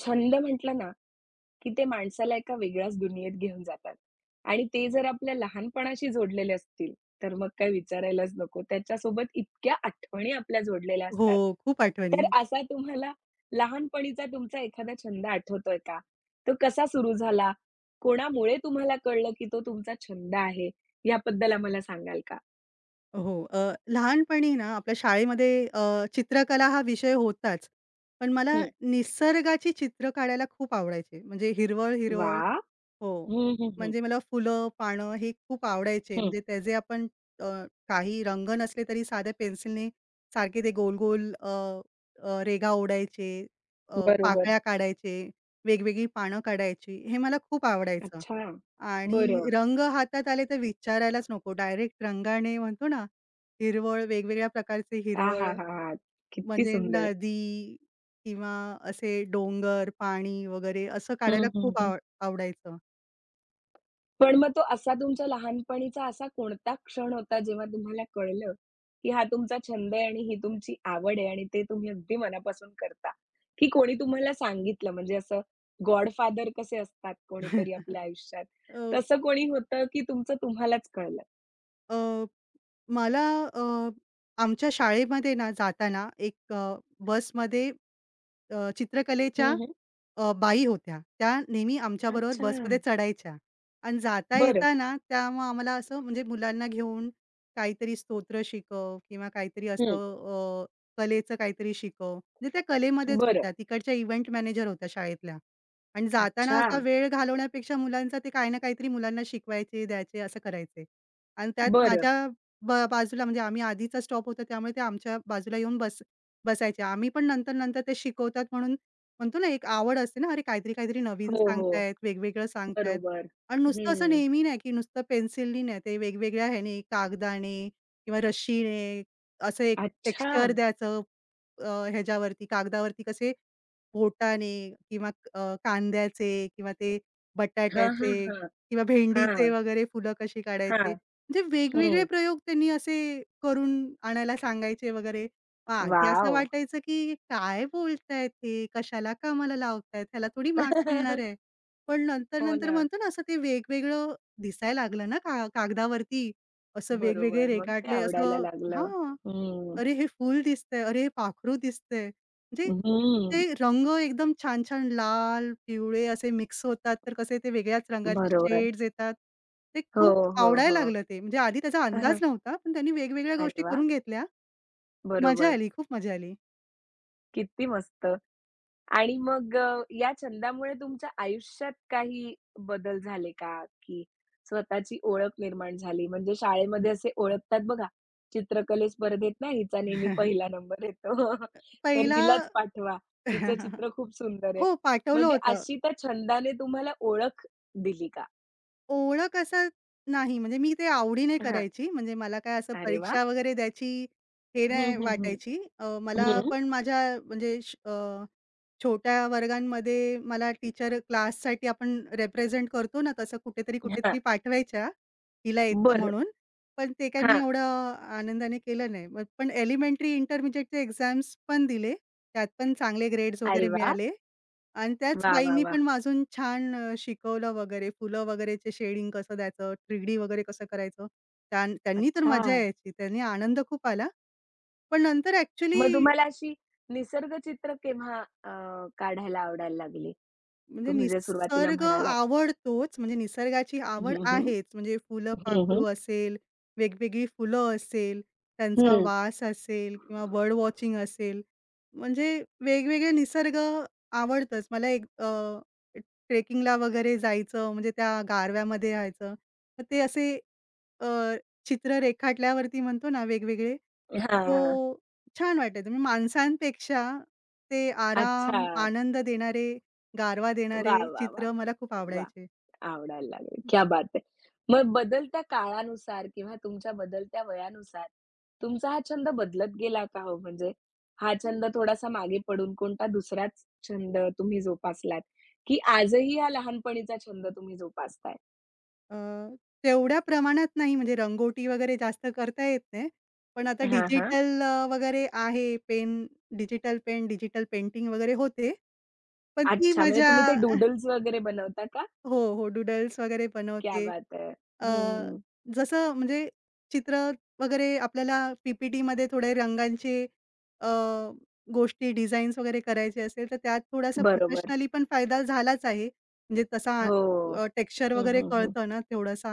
छंद म्हटलं ना, की ते माणसाला एका वेगळ्याच दुनियेत घेऊन जातात आणि ते जर आपल्या लहानपणाशी जोडलेले असतील, तर मग काय विचारायलाच नको. त्याच्यासोबत इतक्या आठवणी आपल्या जोडलेल्या हो, असतात. खूप आठवणी. तर असा तुम्हाला लहानपणीचा तुमचा एखादा छंद आठवतोय का? तो कसा सुरू झाला? कोणामुळे तुम्हाला कळलं, की तो तुमचा छंद आहे? याबद्दल आम्हाला सांगाल का? हो. लहानपणी ना आपल्या शाळेमध्ये चित्रकला हा विषय होताच. पण मला हं. निसर्गाची चित्र काढायला खूप आवडायचे. म्हणजे हिरवळ-हिरवळ. वाह! हो. हं, हं, हं. म्हणजे मला फुलं, पानं हे खूप आवडायचे. हं. म्हणजे त्याचे आपण अ, काही रंग नसले तरी साध्या पेन्सिलने सारखे ते गोल-गोल अ, अ, रेघा ओढायचे, बरोबर. पाकळ्या काढायचे, वेगवेगळी पानं काढायची. हे मला खूप आवडायचं. अच्छा. बरं. आणि रंग हातात आले तर विचारायलाच नको. डायरेक्ट रंगाने म्हणतो ना, हिरवळ, वेगवेगळ्या प्रकारचे हिरवळ. आहाहाहा! किती म्हणजे सुंदर. नदी किंवा असे डोंगर, पाणी वगैरे असं काढायला हं, हं, खूप हं. आवडायचं. पण मग तो असा तुमच्या लहानपणीचा असा कोणता क्षण होता जेव्हा तुम्हाला कळलं, की हा तुमचा छंद आहे आणि ही तुमची आवड आहे आणि ते तुम्ही अगदी मनापासून करता, की कोणी तुम्हाला सांगितलं? म्हणजे असं गॉडफादर कसे असतात कोणीतरी आपल्या आयुष्यात, अ, तसं कोणी होतं की तुमचं तुम्हालाच कळलं? अ मला अ, आमच्या शाळेमध्ये ना जाताना एक बसमध्ये चित्रकलेच्या हं, हं. बाई होत्या. त्या नेहमी आमच्याबरोबर अच्छा. बसमध्ये चढायच्या आणि जाता बरं. येताना त्या मग आम्हाला असं म्हणजे मुलांना घेऊन काहीतरी स्तोत्र शिकव किंवा काहीतरी हं. असं कलेचं काहीतरी शिकव. म्हणजे त्या कलेमध्येच बरं. होत्या. तिकडच्या इव्हेंट मॅनेजर होत्या शाळेतल्या. आणि जाताना अच्छा. असा वेळ घालवण्यापेक्षा मुलांचा ते काही ना काहीतरी मुलांना शिकवायचे, द्यायचे, असं करायचे. आणि त्यात बरं. माझ्या बाजूला म्हणजे आम्ही आधीचा स्टॉप होता त्यामुळे ते आमच्या बाजूला येऊन बसायचे. आम्ही पण नंतर-नंतर ते शिकवतात म्हणून म्हणतो ना एक आवड असते ना, अरे काहीतरी, काहीतरी नवीन हो, हो. सांगतायत, वेगवेगळं सांगतायत. बरोबर. आणि नुसतं असं हं. नेहमी नाही, की नुसतं पेन्सिलनी नाही, ते वेगवेगळ्या ह्याने कागदाने किंवा रश्शीने असं एक अच्छा. टेक्स्चर द्यायचं. ह्याच्यावरती कागदावरती कसे बोटाने किंवा कांद्याचे किंवा ते हां, हां, बटाट्याचे हां. किंवा भेंडीचे हां, वगैरे फुलं कशी काढायची. हां. म्हणजे वेगवेगळे हं. प्रयोग त्यांनी असे करून आणायला सांगायचे वगैरे. मग आधी असं वॉव! वाटायचं, की काय बोलतायत हे? कशाला कामाला लावतायत? ह्याला थोडी मार्क्स मिळणार आहे. पण हो नंतर-नंतर ना. म्हणतो ना, असं ते वेगवेगळं दिसायला लागलं ना का कागदावरती. असं वेगवेगळे बरोबर. मग ते रेघाटले आवडायला असं. लागलं. हां. हं. अरे, हे फूल दिसतंय, अरे, हे पाखरू दिसतंय. म्हणजे हं. ते रंग एकदम छान-छान लाल, पिवळे असे मिक्स होतात, तर कसे ते वेगळ्याच रंगाचे बरोबर. शेड्स येतात. ते हो, खूप हो, आवडायला लागलं ते. म्हणजे आधी त्याचा हो. अंदाज नव्हता, पण त्यांनी वेगवेगळ्या अरे गोष्टी वाह! करून घेतल्या. मजा बरोबर. आली, खूप मजा आली. किती मस्त. आणि मग या छंदामुळे तुमच्या आयुष्यात काही बदल झाले का? की स्वतःची ओळख निर्माण झाली? म्हणजे शाळेमध्ये असे ओळखतात बघा, चित्रकले स्पर्धेत ना हिचा नेहमी पहिला नंबर येतो. तर पहिला. हिलाच पाठवा. हिचं चित्र खूप सुंदर आहे. हो, पाठवलं म्हणजे होतं. अशी त्या छंदाने तुम्हाला ओळख दिली का? ओळख असं नाही, म्हणजे मी ते आवडीने हां. करायची. म्हणजे मला काय असं अरे वाह! परीक्षा वगैरे द्यायची हे हं, नाही हं, हं. वाटायची. मला हं. पण माझ्या म्हणजे छोट्या वर्गांमध्ये मला टीचर क्लाससाठी आपण रिप्रेझेंट करतो ना, तसं कुठेतरी, हां. कुठेतरी पाठवायच्या, हिला येतं बरं. म्हणून. पण ते काय मी हां. एवढं आनंदाने केलं नाही. मग पण एलिमेंटरी, इंटरमिडिएटचे एक्झाम्स पण दिले. त्यात पण चांगले ग्रेड्स अरे वगैरे वाह! मिळाले आणि त्याच वाह, वाह, बाईंनी वाह! पण अजून छान शिकवलं वगैरे. फुलं वगैरेचे शेडिंग कसं द्यायचं, 3D वगैरे कसं करायचं. त्यांनी तर अच्छा. मजा यायची. त्यांनी आनंद खूप आला. पण नंतर ॲक्चुअली मग तुम्हाला अशी निसर्गचित्र केव्हा काढायला आवडायला लागली? म्हणजे तुम्ही जे सुरुवातीला निसर्ग म्हणालात. आवडतोच, म्हणजे निसर्गाची आवड हं, हं. आहेच. म्हणजे फुलं, हं, हं. पाखरू असेल, वेगवेगळी फुलं असेल, त्यांचा हं. वास असेल किंवा बर्ड वॉचिंग असेल, म्हणजे वेगवेगळे निसर्ग आवडतंच. मला एक ट्रेकिंगला वगैरे जायचं, म्हणजे त्या गारव्यामध्ये राहायचं. तर ते असे अ, चित्र रेखाटल्यावरती म्हणतो ना, वेगवेगळे, हो, हां. छान वाटायचं. म्हणजे माणसांपेक्षा ते अच्छा. आराम, आनंद देणारे, गारवा देणारे वाह, वाह, वाह! चित्र मला खूप वाह! आवडायचे. आवडायला लागले. क्या बात है! मग बदलत्या काळानुसार किंवा तुमच्या बदलत्या वयानुसार तुमचा हा छंद बदलत गेला का हो? म्हणजे हा छंद थोडासा मागे पडून कोणता दुसराच छंद तुम्ही जोपासलात, की आजही हा लहानपणीचा छंद तुम्ही जोपासताय? अ, तेवढ्या प्रमाणात नाही म्हणजे रंगोटी वगैरे जास्त करता येत नाही. पण आता हां, हां. डिजिटल वगैरे आहे pen, digital pen, digital painting वगैरे होते. पण ती अच्छा, म्हणजे मजा. तुम्ही ते डूडल्स वगैरे बनवता का? हो, हो. डूडल्स वगैरे क्या बनवते. बात है! अ, हं. जसं म्हणजे चित्र वगैरे आपल्याला पी-पी-टीमध्ये थोडे रंगांचे अ, गोष्टी डिझाईन्स वगैरे करायचे असेल, तर त्यात थोडासा बरोबर. प्रोफेशनली पण फायदा झालाच आहे. म्हणजे तसा हो. टेक्स्चर हं, वगैरे हं, हं. कळतं ना, थोडासा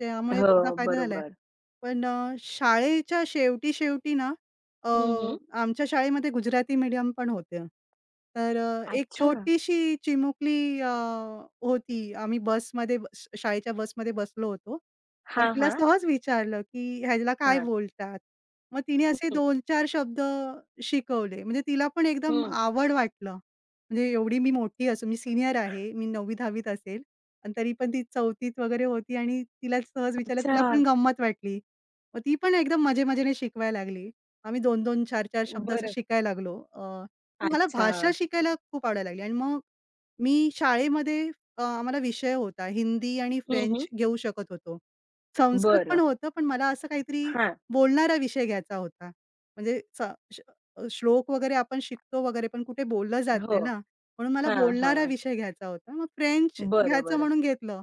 त्यामुळे त्याचा हो, फायदा झालाय. बरोबर. पण शाळेच्या शेवटी-शेवटी ना, अ, हं, हं. आमच्या शाळेमध्ये गुजराती मीडियम पण होतं. तर एक अच्छा. छोटीशी चिमुकली होती. आम्ही बसमध्ये शाळेच्या बसमध्ये बसलो होतो आणि हां, तिला हां. सहज विचारलं, की "ह्याला काय हां. बोलतात?" मग तिने असे हं, 2 चार शब्द शिकवले. म्हणजे तिला पण एकदम हं. आवड वाटलं. म्हणजे एवढी मी मोठी असून मी सीनियर आहे. मी 9वी-10वीत असेल आणि तरी पण ती 4थीत वगैरे होती आणि तिला सहज विचारलं, तिला अच्छा. पण गंमत वाटली. मग ती पण एकदम मजे-मजेने शिकवायला लागली. आम्ही 2-2, चार 4 शब्द असं बरं. शिकायला लागलो. मग मला अच्छा. भाषा शिकायला खूप आवडायला लागली आणि मग मी शाळेमध्ये आम्हाला विषय होता हिंदी आणि हं, हं. फ्रेंच घेऊ शकत होतो. संस्कृत पण बरं. होतं, पण मला असं काहीतरी हां. बोलणारा विषय घ्यायचा होता. म्हणजे स श श्लोक वगैरे आपण शिकतो वगैरे, पण कुठे बोललं जात हो. नाही ना, म्हणून मला हां, हां. बोलणारा विषय घ्यायचा होता. मग फ्रेंच बरं, घ्यायचं बरं. म्हणून घेतलं.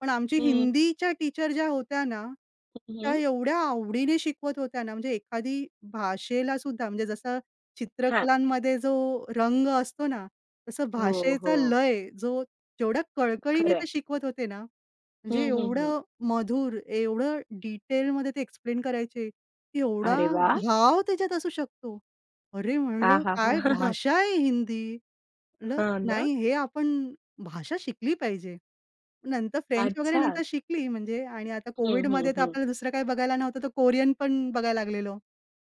पण आमची हं, हिंदीच्या टीचर ज्या होत्या ना, हं, त्या हं. एवढ्या आवडीने शिकवत होत्या ना, म्हणजे एखादी भाषेला सुद्धा म्हणजे जसं हां. चित्रकलांमध्ये जो रंग असतो ना, तसं हो, हो. भाषेचा लय जो जेवढ्या कळकळीने खरं आहे. ते शिकवत होते ना, म्हणजे हं, हं, हं. एवढं मधुर, एवढं डिटेलमध्ये ते एक्सप्लेन करायचे, एवढा अरे वाह! भाव त्याच्यात असू शकतो. अरे म्हणलं, आहाहा! काय भाषा आहे हिंदी. म्हटलं हां ना. नाही हे आपण भाषा शिकली पाहिजे. नंतर फ्रेंच वगैरे अच्छा. नंतर शिकली म्हणजे आणि आता हं, हं, कोविडमध्ये तर हं. आपल्याला दुसरं काही बघायला नव्हतं तर कोरियन पण बघायला लागलेलो.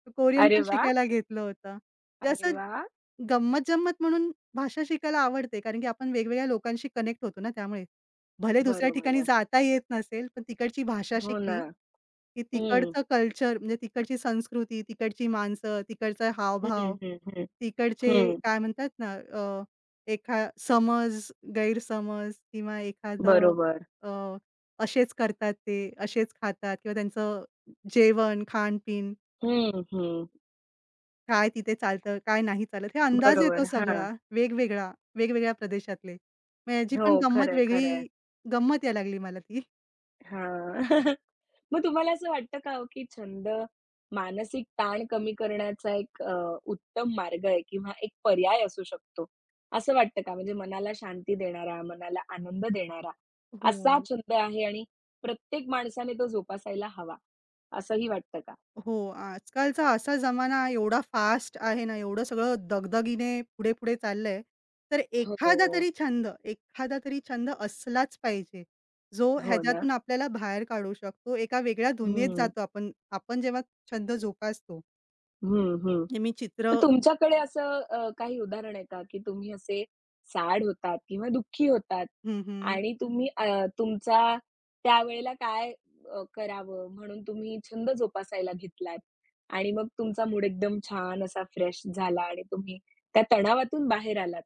तर कोरियन अरे पण वाह! शिकायला घेतलं होतं. म्हणजे अरे असं वाह! गंमत-जंमत म्हणून भाषा शिकायला आवडते, कारण की आपण वेगवेगळ्या लोकांशी कनेक्ट होतो ना त्यामुळे. भले दुसऱ्या बरोबर ठिकाणी आहे. जाता येत नसेल, पण तिकडची भाषा हो ना. शिकली, की हं. तिकडचं कल्चर म्हणजे तिकडची संस्कृती, तिकडची माणसं, तिकडचा हं, हावभाव, हं, हं. तिकडचे हं. काय म्हणतात ना, अ, एखा समज, गैरसमज किंवा एखादं बरोबर. अ, असेच करतात ते, असेच खातात किंवा त्यांचं जेवण, खाण हं, हं. काय तिथे चालतं, काय नाही चालत, हे अंदाज येतो बरोबर. हां. सगळा वेगवेगळा, वेगवेगळ्या प्रदेशातले. मग याची हो. पण खरं गंमत आहे, खरं वेगळी गंमत यायला लागली मला ती. मग तुम्हाला असं वाटतं का हो, की छंद मानसिक ताण कमी करण्याचा एक उत्तम मार्ग आहे किंवा एक पर्याय असू शकतो? असं वाटतं का? म्हणजे मनाला शांती देणारा, मनाला आनंद देणारा हो. असा छंद आहे आणि प्रत्येक माणसाने तो जोपासायला हवा, असंही वाटतं का? हो, आजकालचा असा जमाना एवढा फास्ट आहे ना, एवढं सगळं दगदगीने पुढे-पुढे चाललंय. तर एखादा हो. तरी छंद, एखादा तरी छंद असलाच पाहिजे, जो हो ना. ह्याच्यातून आपल्याला बाहेर काढू शकतो. एका वेगळ्या दुनियेत हं. जातो आपण. आपण जेव्हा छंद जोपासतो. हं, हं. म्हणजे मी चित्र. तर तुमच्याकडे असं काही उदाहरण आहे का, की तुम्ही असे सॅड होतात किंवा दुःखी होतात हं, हं. आणि तुम्ही तुमचा त्यावेळेला काय करावं म्हणून तुम्ही छंद जोपासायला घेतलात आणि मग तुमचा मूड एकदम छान असा फ्रेश झाला आणि तुम्ही त्या तणावातून बाहेर आलात.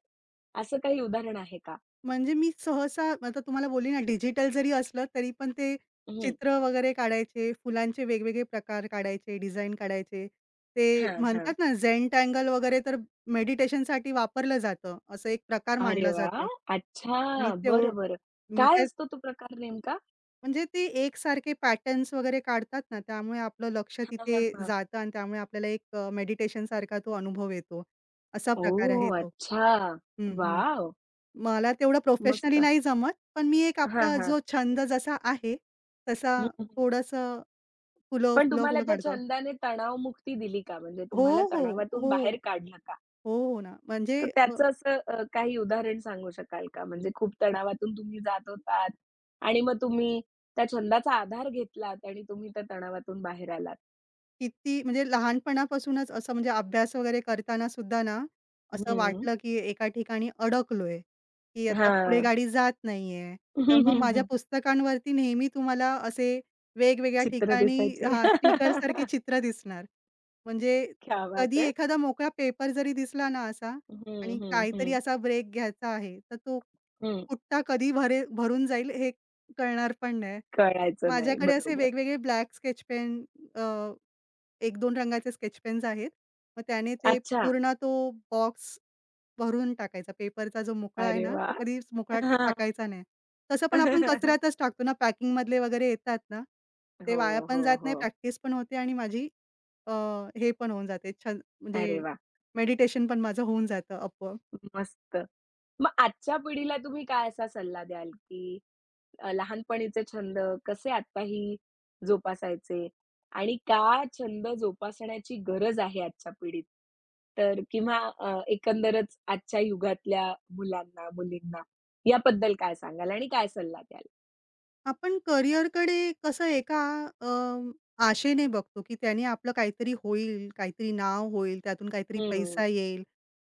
असं काही उदाहरण आहे का? म्हणजे मी सहसा आता तुम्हाला बोलली ना, डिजिटल जरी असलं तरी पण ते हं. चित्र वगैरे काढायचे, फुलांचे वेगवेगळे प्रकार काढायचे, डिझाइन काढायचे. ते हां, म्हणतात हां. ना झेनटँगल वगैरे तर मेडिटेशनसाठी वापरलं जातं. असं एक प्रकार अरे मांडला वाह! जातो. अच्छा. मी तेव बरं, बरं. मी काय काय असतो तो प्रकार नेमका? म्हणजे ते एकसारखे पॅटर्न्स वगैरे काढतात ना, त्यामुळे आपलं लक्ष हां, तिथे हां, हां. जातं आणि त्यामुळे आपल्याला एक मेडिटेशनसारखा तो अनुभव येतो. असा प्रकार आहे ओह! तो. अच्छा. हं, वॉव! मला तेवढं मस्त. प्रोफेशनली नाही जमत, पण मी एक हां, आपला हां. जो छंद जसा आहे, तसा हं, हं. थोडंसं फुलं, पण फुलं, तुम्हाला फुलं त्या काढतो. छंदाने तणावमुक्ती दिली का? म्हणजे हो, तुम्हाला हो, तणावातून हो, बाहेर काढलं का? हो, हो ना. म्हणजे तर त्याचं असं काही उदाहरण सांगू शकाल का? म्हणजे खूप तणावातून तुम्ही जात होतात आणि मग तुम्ही त्या छंदाचा आधार घेतलात आणि तुम्ही त्या तणावातून बाहेर आलात? किती म्हणजे लहानपणापासूनच असं म्हणजे अभ्यास वगैरे करताना सुद्धा ना, असं हं. वाटलं की एका ठिकाणी अडकलोय, की आता पुढे हां. गाडी जात नाहीये. तर मग माझ्या पुस्तकांवरती नेहमी तुम्हाला असे वेगवेगळ्या चित्र ठिकाणी, दिसायचे. हां, स्टिकरसारखी चित्र दिसणार. म्हणजे क्या बात कधी है! एखादा मोकळा पेपर जरी दिसला ना असा हं, आणि हं, काहीतरी हं, असा ब्रेक घ्यायचा आहे, तर तो हं. पुट्टा कधी भरून जाईल हे कळणार पण नाही. कळायचं नाही. माझ्याकडे असे बरोबर. वेगवेगळे ब्लॅक स्केच पेन, एक दोन रंगाचे स्केच पेन्स आहेत. मग त्याने ते अच्छा. पूर्ण तो बॉक्स भरून टाकायचा. पेपरचा जो मोकळा आहे अरे ना, तो वाह! कधीच मोकळा हां. टाकायचा नाही. तसं पण आपण कचऱ्यातच टाकतो ना, पॅकिंगमधले वगैरे येतात ना, ते हो, वाया पण हो, जात नाही, हो. प्रॅक्टिस पण होते आणि माझी अ, हे पण होऊन जाते, छान म्हणजे अरे वा, मेडिटेशन पण माझं होऊन जातं आपोआप. मस्त. मग आजच्या पिढीला तुम्ही काय असा सल्ला द्याल, की लहानपणीचे छंद कसे आत्ताही जोपासायचे आणि का छंद जोपासण्याची गरज आहे आजच्या पिढीत? तर किंवा एकंदरच आजच्या युगातल्या मुलांना, मुलींना याबद्दल काय सांगाल आणि काय सल्ला द्याल? आपण करिअरकडे कसं एका अ, आशेने बघतो, की त्याने आपलं काहीतरी होईल, काहीतरी नाव होईल, त्यातून काहीतरी हं, पैसा येईल,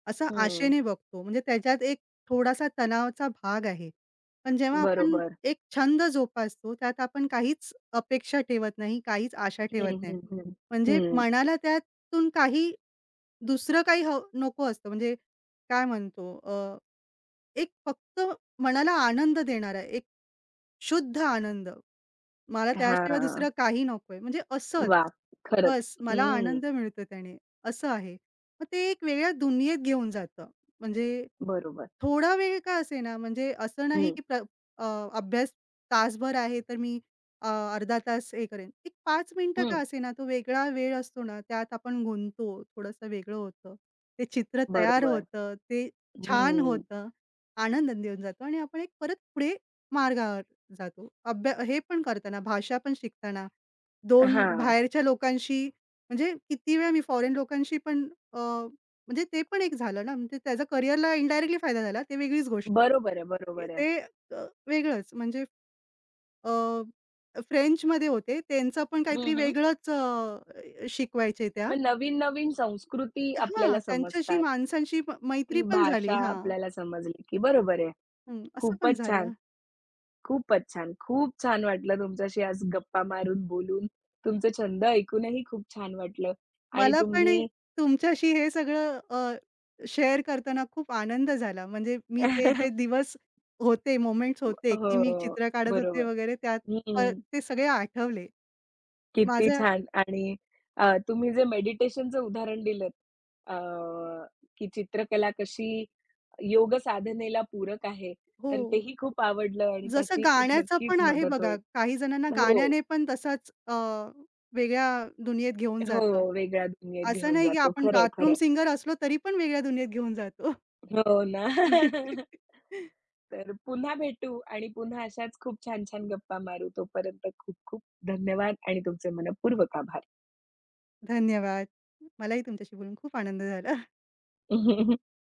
असं हं. आशेने बघतो. म्हणजे त्याच्यात एक थोडासा तणावाचा भाग आहे. पण जेव्हा आपण बरोबर. एक छंद जोपासतो, त्यात आपण काहीच अपेक्षा ठेवत नाही, काहीच आशा ठेवत हं, नाही. हं, हं. म्हणजे हं. मनाला त्यातून काही दुसरं काही हवं नको असतं. म्हणजे काय म्हणतो एक फक्त मनाला आनंद देणारा शुद्ध आनंद. मला त्याशिवाय हां. दुसरं काही नकोय. म्हणजे असंच. वाह! खरंच. बस मला हं. आनंद मिळतो त्याने, असं आहे. मग ते एक वेगळ्या दुनियेत घेऊन जातं. म्हणजे बरोबर. थोडा वेळ का असे ना, म्हणजे असं नाही हं, की अ, अभ्यास तासभर आहे, तर मी अ, अर्धा तास हे करेन. एक 5 मिनिटं हं. का असेना, तो वेगळा वेळ असतो ना, त्यात आपण गुंततो. थोडंसं वेगळं होतं. ते चित्र तयार बरोबर. होतं. ते छान हं. होतं. आनंद देऊन जातो आणि आपण एक परत पुढे मार्गावर जातो. हे पण करताना, भाषा पण शिकताना, 2 हां. बाहेरच्या लोकांशी म्हणजे किती वेळा मी फॉरेन लोकांशी पण म्हणजे ते पण एक झालं ना, म्हणजे त्याचा करिअरला इनडायरेक्टली फायदा झाला. ते वेगळीच गोष्ट. बरोबर आहे, बरोबर आहे. ते वेगळंच म्हणजे अ, फ्रेंचमध्ये होते. त्यांचं पण काहीतरी हं, हं. वेगळंच शिकवायचे त्या. मग नवीन-नवीन संस्कृती आपल्याला हां, त्यांच्याशी समजतात. माणसांशी ती मैत्री पण भाषा झाली. हां. आपल्याला समजली, की बरोबर आहे. हं, असं पण खूपच छान, झालं. खूपच छान. खूप छान वाटलं तुमच्याशी आज गप्पा मारून, बोलून. तुमचे छंद ऐकूनही खूप छान वाटलं आणि मला पण हे तुम्ही तुमच्याशी हे सगळं शेअर करताना खूप आनंद झाला. म्हणजे मी ते जे दिवस होते, मोमेंट्स होते, की मी हो, चित्र काढत होते बरोबर. वगैरे त्यात हं. ते सगळे आठवले. किती माझं. छान आणि तुम्ही जे मेडिटेशनचं उदाहरण दिलंत अ, की चित्रकला कशी योग साधनेला पूरक आहे, हो. तर तेही खूप आवडलं आणि जसं त्याची खूप गाण्याचं नक्कीच पण आहे मदत बघा, होईल. काही जणांना हो, गाण्याने पण तसाच वेगळ्या दुनियेत घेऊन हो. जातं. वेगळ्या दुनियेत असं घेऊन नाही की जातो. आपण खरंय, बाथरूम खरंय. सिंगर असलो तरी पण वेगळ्या दुनियेत घेऊन जातो. हो ना. तर पुन्हा भेटू आणि पुन्हा अशाच खूप छान-छान गप्पा मारू. तोपर्यंत खूप-खूप धन्यवाद आणि तुमचे मनःपूर्वक आभार. धन्यवाद. मलाही तुमच्याशी बोलून खूप आनंद झाला.